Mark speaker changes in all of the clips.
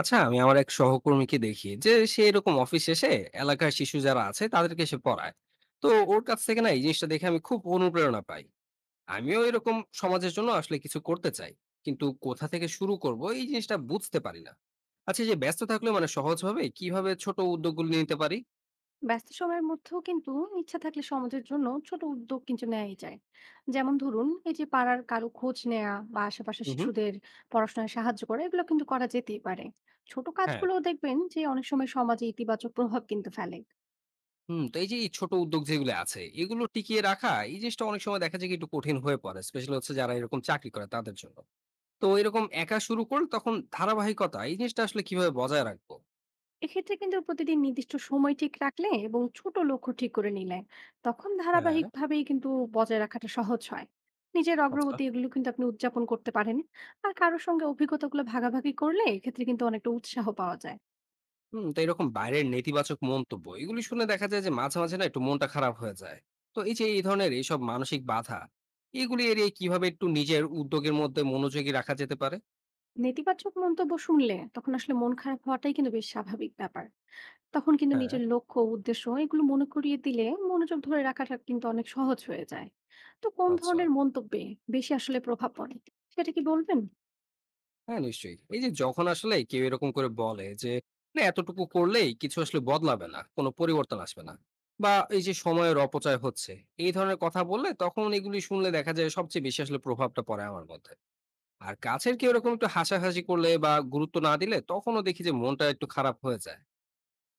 Speaker 1: আচ্ছা আমি আমার এক সহকর্মীকে দেখি যে সে এরকম অফিস শেষে এলাকার শিশু যারা আছে তাদেরকে সে পড়ায়। তো ওর কাছ থেকে না এই জিনিসটা দেখে আমি খুব অনুপ্রেরণা পাই। আমিও এরকম সমাজের জন্য আসলে কিছু করতে চাই, কিন্তু কোথা থেকে শুরু করব এই জিনিসটা বুঝতে পারি না। আচ্ছা, এই যে ব্যস্ত থাকলে মানে সহজভাবে কিভাবে ছোট উদ্যোগগুলো নিতে পারি?
Speaker 2: ব্যস্ত সময়ের মধ্যেও কিন্তু ইচ্ছা থাকলে সমাজের জন্য ছোট উদ্যোগ কিন্তু নেওয়াই যায়। যেমন ধরুন, এই যে পাড়ার কারো খোঁজ নেওয়া বা আশেপাশে
Speaker 1: হুম, হুম।
Speaker 2: শিশুদের পড়াশোনায় সাহায্য করা, এগুলো কিন্তু করা যেতেই পারে। ছোট
Speaker 1: হ্যাঁ।
Speaker 2: কাজগুলো দেখবেন যে অনেক সময় সমাজে ইতিবাচক প্রভাব কিন্তু ফেলে।
Speaker 1: হুম, তো এই যে এই ছোট উদ্যোগ যেগুলো আছে এগুলো টিকিয়ে রাখা এই জিনিসটা অনেক সময় দেখা যায় কি একটু কঠিন হয়ে পড়ে, স্পেশালি হচ্ছে যারা এরকম চাকরি করে তাদের জন্য। তো এরকম একা শুরু করলে তখন ধারাবাহিকতা এই জিনিসটা আসলে কিভাবে বজায় রাখবো?
Speaker 2: এক্ষেত্রে কিন্তু প্রতিদিন নির্দিষ্ট সময় ঠিক রাখলে এবং ছোট লক্ষ্য ঠিক করে নিলে তখন
Speaker 1: হ্যাঁ,
Speaker 2: ধারাবাহিকভাবেই কিন্তু বজায় রাখাটা সহজ হয়। নিজের
Speaker 1: আচ্ছা।
Speaker 2: অগ্রগতি এগুলো কিন্তু আপনি উদযাপন করতে পারেন। আর কারোর সঙ্গে অভিজ্ঞতাগুলো ভাগাভাগি করলে এক্ষেত্রে কিন্তু অনেকটা উৎসাহ পাওয়া যায়।
Speaker 1: হুম, তো এরকম বাইরের নেতিবাচক মন্তব্য এগুলি শুনে দেখা যায় যে মাঝে, মাঝে না একটু মনটা খারাপ হয়ে যায়। তো এই যে এই ধরনের এইসব মানসিক বাধা এগুলি এড়িয়ে কিভাবে একটু নিজের উদ্যোগের মধ্যে মনোযোগী রাখা যেতে পারে?
Speaker 2: নেতিবাচক মন্তব্য শুনলে তখন আসলে মন খারাপ হওয়াটাই কিন্তু বেশ স্বাভাবিক ব্যাপার। তখন কিন্তু
Speaker 1: হ্যাঁ,
Speaker 2: নিজের লক্ষ্য, উদ্দেশ্য এগুলো মনে করিয়ে দিলে মনোযোগ ধরে রাখাটা কিন্তু অনেক সহজ হয়ে যায়। তো কোন
Speaker 1: আচ্ছা।
Speaker 2: ধরনের মন্তব্যে বেশি আসলে প্রভাব পড়ে? সেটা কি বলবেন?
Speaker 1: হ্যাঁ, নিশ্চয়ই। এই যে যখন আসলে কেউ এরকম করে বলে যে, "না এতটুকু করলেই কিছু আসলে বদলাবে না, কোনো পরিবর্তন আসবে না।" বা এই যে সময়ের অপচয় হচ্ছে, এই ধরনের কথা বললে তখন এগুলি শুনলে দেখা যায় সবচেয়ে বেশি আসলে প্রভাবটা পড়ে আমার মধ্যে। আর কাছের কেউ এরকম একটু হাসাহাসি করলে বা গুরুত্ব না দিলে তখনও দেখি যে মনটা একটু খারাপ হয়ে যায়।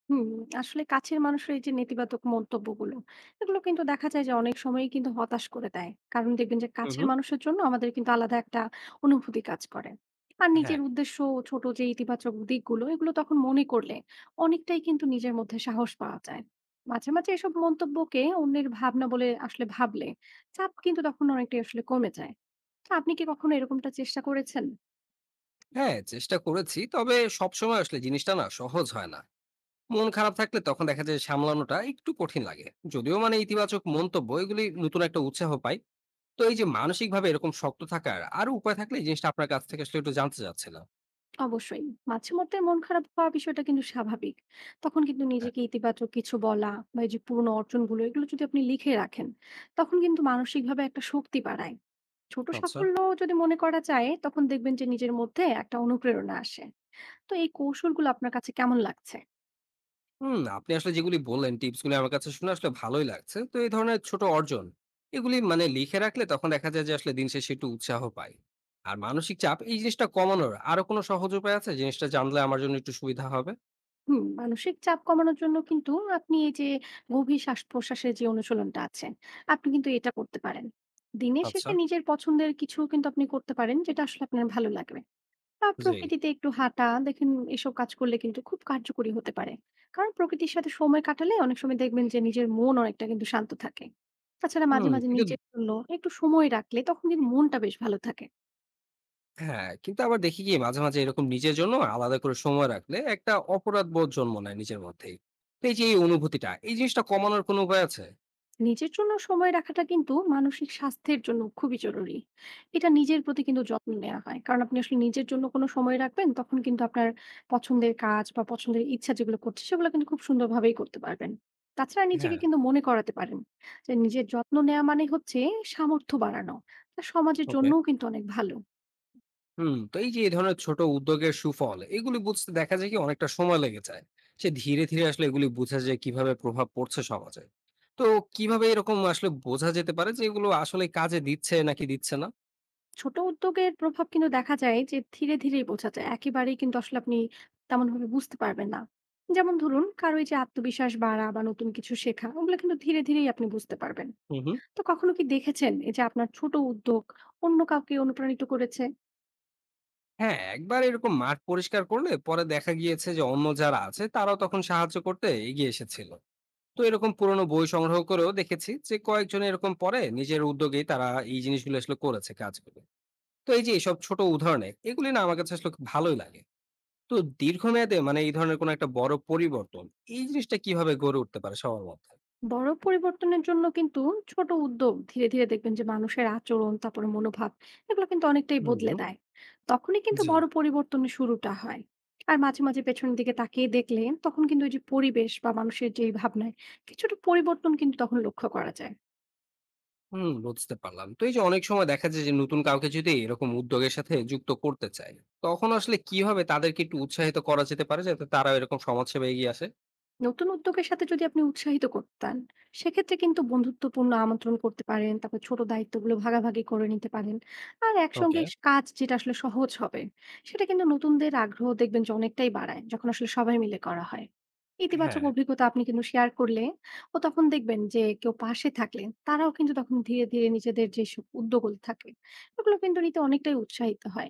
Speaker 2: হুম, আসলে কাছের মানুষের এই যে নেতিবাচক মন্তব্যগুলো, এগুলো কিন্তু দেখা যায় যে অনেক সময়ই কিন্তু হতাশ করে দেয়। কারণ দেখবেন যে
Speaker 1: হুম,
Speaker 2: কাছের
Speaker 1: হুম।
Speaker 2: মানুষের জন্য আমাদের কিন্তু আলাদা একটা অনুভূতি কাজ করে। আর নিজের
Speaker 1: হ্যাঁ,
Speaker 2: উদ্দেশ্য ও ছোট যে ইতিবাচক দিকগুলো এগুলো তখন মনে করলে অনেকটাই কিন্তু নিজের মধ্যে সাহস পাওয়া যায়। মাঝে, মাঝে এসব মন্তব্যকে অন্যের ভাবনা বলে আসলে ভাবলে চাপ কিন্তু তখন অনেকটাই আসলে কমে যায়। তো আপনি কি কখনো এরকমটা চেষ্টা করেছেন?
Speaker 1: হ্যাঁ চেষ্টা করেছি। তবে সবসময় আসলে জিনিসটা না সহজ হয় না। মন খারাপ থাকলে তখন দেখা যায় সামলানোটা একটু কঠিন লাগে। যদিও মানে ইতিবাচক মন্তব্য এগুলি নতুন একটা উৎসাহ পাই। তো এই যে মানসিকভাবে এরকম শক্ত থাকার আরো উপায় থাকলে এই জিনিসটা আপনার কাছ থেকে আসলে একটু জানতে চাচ্ছিলাম।
Speaker 2: অবশ্যই মাঝে মধ্যে মন খারাপ হওয়ার বিষয়টা কিন্তু স্বাভাবিক। তখন কিন্তু
Speaker 1: হ্যাঁ,
Speaker 2: নিজেকে ইতিবাচক কিছু বলা বা এই যে পুরনো অর্জনগুলো এগুলো যদি আপনি লিখে রাখেন তখন কিন্তু মানসিকভাবে একটা শক্তি বাড়ায়। ছোট
Speaker 1: আচ্ছা।
Speaker 2: সাফল্য যদি মনে করা যায় তখন দেখবেন যে নিজের মধ্যে একটা অনুপ্রেরণা আসে। তো এই কৌশলগুলো আপনার কাছে কেমন লাগছে?
Speaker 1: হুম, আপনি আসলে যেগুলি বললেন টিপস গুলি আমার কাছে শুনে আসলে ভালোই লাগছে। তো এই ধরনের ছোট অর্জন এগুলি মানে লিখে রাখলে তখন দেখা যায় যে আসলে দিন শেষে একটু উৎসাহ পাই। আর মানসিক চাপ এই জিনিসটা কমানোর আরো কোনো সহজ উপায় আছে? জিনিসটা জানলে আমার জন্য একটু সুবিধা হবে?
Speaker 2: মানসিক চাপ কমানোর জন্য কিন্তু আপনি এই যে গভীর শ্বাস প্রশ্বাসের যে অনুশীলনটা আছে, আপনি কিন্তু এটা করতে পারেন। দিনের
Speaker 1: আচ্ছা,
Speaker 2: শেষে নিজের পছন্দের কিছু কিন্তু আপনি করতে পারেন যেটা আসলে আপনার ভালো লাগবে, বা
Speaker 1: জি।
Speaker 2: প্রকৃতিতে একটু হাঁটা দেখেন। এসব কাজ করলে কিন্তু খুব কার্যকরী হতে পারে। কারণ প্রকৃতির সাথে সময় কাটালে অনেক সময় দেখবেন যে নিজের মন অনেকটা কিন্তু শান্ত থাকে। তাছাড়া মাঝে,
Speaker 1: হুম,
Speaker 2: মাঝে
Speaker 1: কিন্তু
Speaker 2: নিজের জন্য একটু সময় রাখলে তখন কিন্তু মনটা বেশ ভালো থাকে।
Speaker 1: হ্যাঁ, কিন্তু আবার দেখি কি মাঝে, মাঝে এরকম নিজের জন্য আলাদা করে সময় রাখলে একটা অপরাধবোধ জন্ম নেয় নিজের মধ্যেই। তো এই যে এই অনুভূতিটা, এই জিনিসটা কমানোর কোনো উপায় আছে?
Speaker 2: নিজের জন্য সময় রাখাটা কিন্তু মানসিক স্বাস্থ্যের জন্য খুবই জরুরি। এটা নিজের প্রতি কিন্তু যত্ন নেওয়া হয়। কারণ আপনি আসলে নিজের জন্য কোনো সময় রাখবেন তখন কিন্তু আপনার পছন্দের কাজ বা পছন্দের ইচ্ছা যেগুলো করছে সেগুলো কিন্তু খুব সুন্দরভাবেই করতে পারবেন। তাছাড়া নিজেকে
Speaker 1: হ্যাঁ,
Speaker 2: কিন্তু মনে করাতে পারেন যে নিজের যত্ন নেওয়া মানে হচ্ছে সামর্থ্য বাড়ানো, তা সমাজের
Speaker 1: ওকে।
Speaker 2: জন্যও কিন্তু অনেক ভালো।
Speaker 1: হুম, তো এই যে এই ধরনের ছোট উদ্যোগের সুফল, এগুলি বুঝতে দেখা যায় কি অনেকটা সময় লেগে যায়। সে ধীরে, ধীরে আসলে এগুলি বোঝা যায় কিভাবে প্রভাব পড়ছে সমাজে। তো কিভাবে এরকম আসলে বোঝা যেতে পারে যে এগুলো আসলে কাজে দিচ্ছে নাকি দিচ্ছে না?
Speaker 2: ছোট উদ্যোগের প্রভাব কিন্তু দেখা যায় যে ধীরে ধীরেই বোঝা যায়, একেবারেই কিন্তু আসলে আপনি তেমন ভাবে বুঝতে পারবেন না। যেমন ধরুন, কারো এই যে আত্মবিশ্বাস বাড়া বা নতুন কিছু শেখা, ওগুলো কিন্তু ধীরে ধীরেই আপনি বুঝতে পারবেন।
Speaker 1: হুম, হুম।
Speaker 2: তো কখনো কি দেখেছেন এই যে আপনার ছোট উদ্যোগ অন্য কাউকে অনুপ্রাণিত করেছে?
Speaker 1: হ্যাঁ, একবার এরকম মাঠ পরিষ্কার করলে পরে দেখা গিয়েছে যে অন্য যারা আছে তারাও তখন সাহায্য করতে এগিয়ে এসেছিল। তো এরকম পুরনো বই সংগ্রহ করেও দেখেছি যে কয়েকজন এরকম পরে নিজের উদ্যোগেই তারা এই জিনিসগুলো আসলে করেছে কাজগুলো। তো এই যে এসব ছোট উদাহরণে এগুলি না আমার কাছে আসলে খুব ভালোই লাগে। তো দীর্ঘমেয়াদে মানে এই ধরনের কোনো একটা বড় পরিবর্তন এই জিনিসটা কিভাবে গড়ে উঠতে পারে সবার মধ্যে?
Speaker 2: বড় পরিবর্তনের জন্য কিন্তু ছোট উদ্যোগ ধীরে ধীরে দেখবেন যে মানুষের আচরণ, তারপরে মনোভাব এগুলো কিন্তু অনেকটাই বদলে
Speaker 1: হুম।
Speaker 2: দেয়। তখনই কিন্তু
Speaker 1: জি।
Speaker 2: বড় পরিবর্তনের শুরুটা হয়। আর মাঝে মাঝে পেছনের দিকে তাকিয়ে দেখলে তখন কিন্তু ওই যে পরিবেশ বা মানুষের যেই ভাবনায় কিছুটা পরিবর্তন কিন্তু তখন লক্ষ্য করা যায়।
Speaker 1: হুম, বুঝতে পারলাম। তো এই যে অনেক সময় দেখা যায় যে নতুন কাউকে যদি এরকম উদ্যোগের সাথে যুক্ত করতে চায়, তখন আসলে কিভাবে তাদেরকে একটু উৎসাহিত করা যেতে পারে যাতে তারা এরকম সমাজসেবা এগিয়ে আসে?
Speaker 2: নতুন উদ্যোগের সাথে যদি আপনি উৎসাহিত করতেন সেক্ষেত্রে কিন্তু বন্ধুত্বপূর্ণ আমন্ত্রণ করতে পারেন, তারপর ছোট দায়িত্বগুলো ভাগাভাগি করে নিতে পারেন। আর একসঙ্গে
Speaker 1: ওকে।
Speaker 2: কাজ যেটা আসলে সহজ হবে, সেটা কিন্তু নতুনদের আগ্রহ দেখবেন যে অনেকটাই বাড়ায় যখন আসলে সবাই মিলে করা হয়। ইতিবাচক
Speaker 1: হ্যাঁ।
Speaker 2: অভিজ্ঞতা আপনি কিন্তু শেয়ার করলে ও তখন দেখবেন যে কেউ পাশে থাকলে তারাও কিন্তু তখন ধীরে ধীরে নিজেদের যেসব উদ্যোগগুলো থাকে ওগুলো কিন্তু নিতে অনেকটাই উৎসাহিত হয়।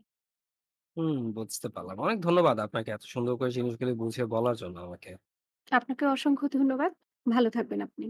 Speaker 1: হুম, বুঝতে পারলাম। অনেক ধন্যবাদ আপনাকে এত সুন্দর করে জিনিসগুলি বুঝিয়ে বলার জন্য আমাকে।
Speaker 2: আপনাকে অসংখ্য ধন্যবাদ। ভালো থাকবেন আপনি।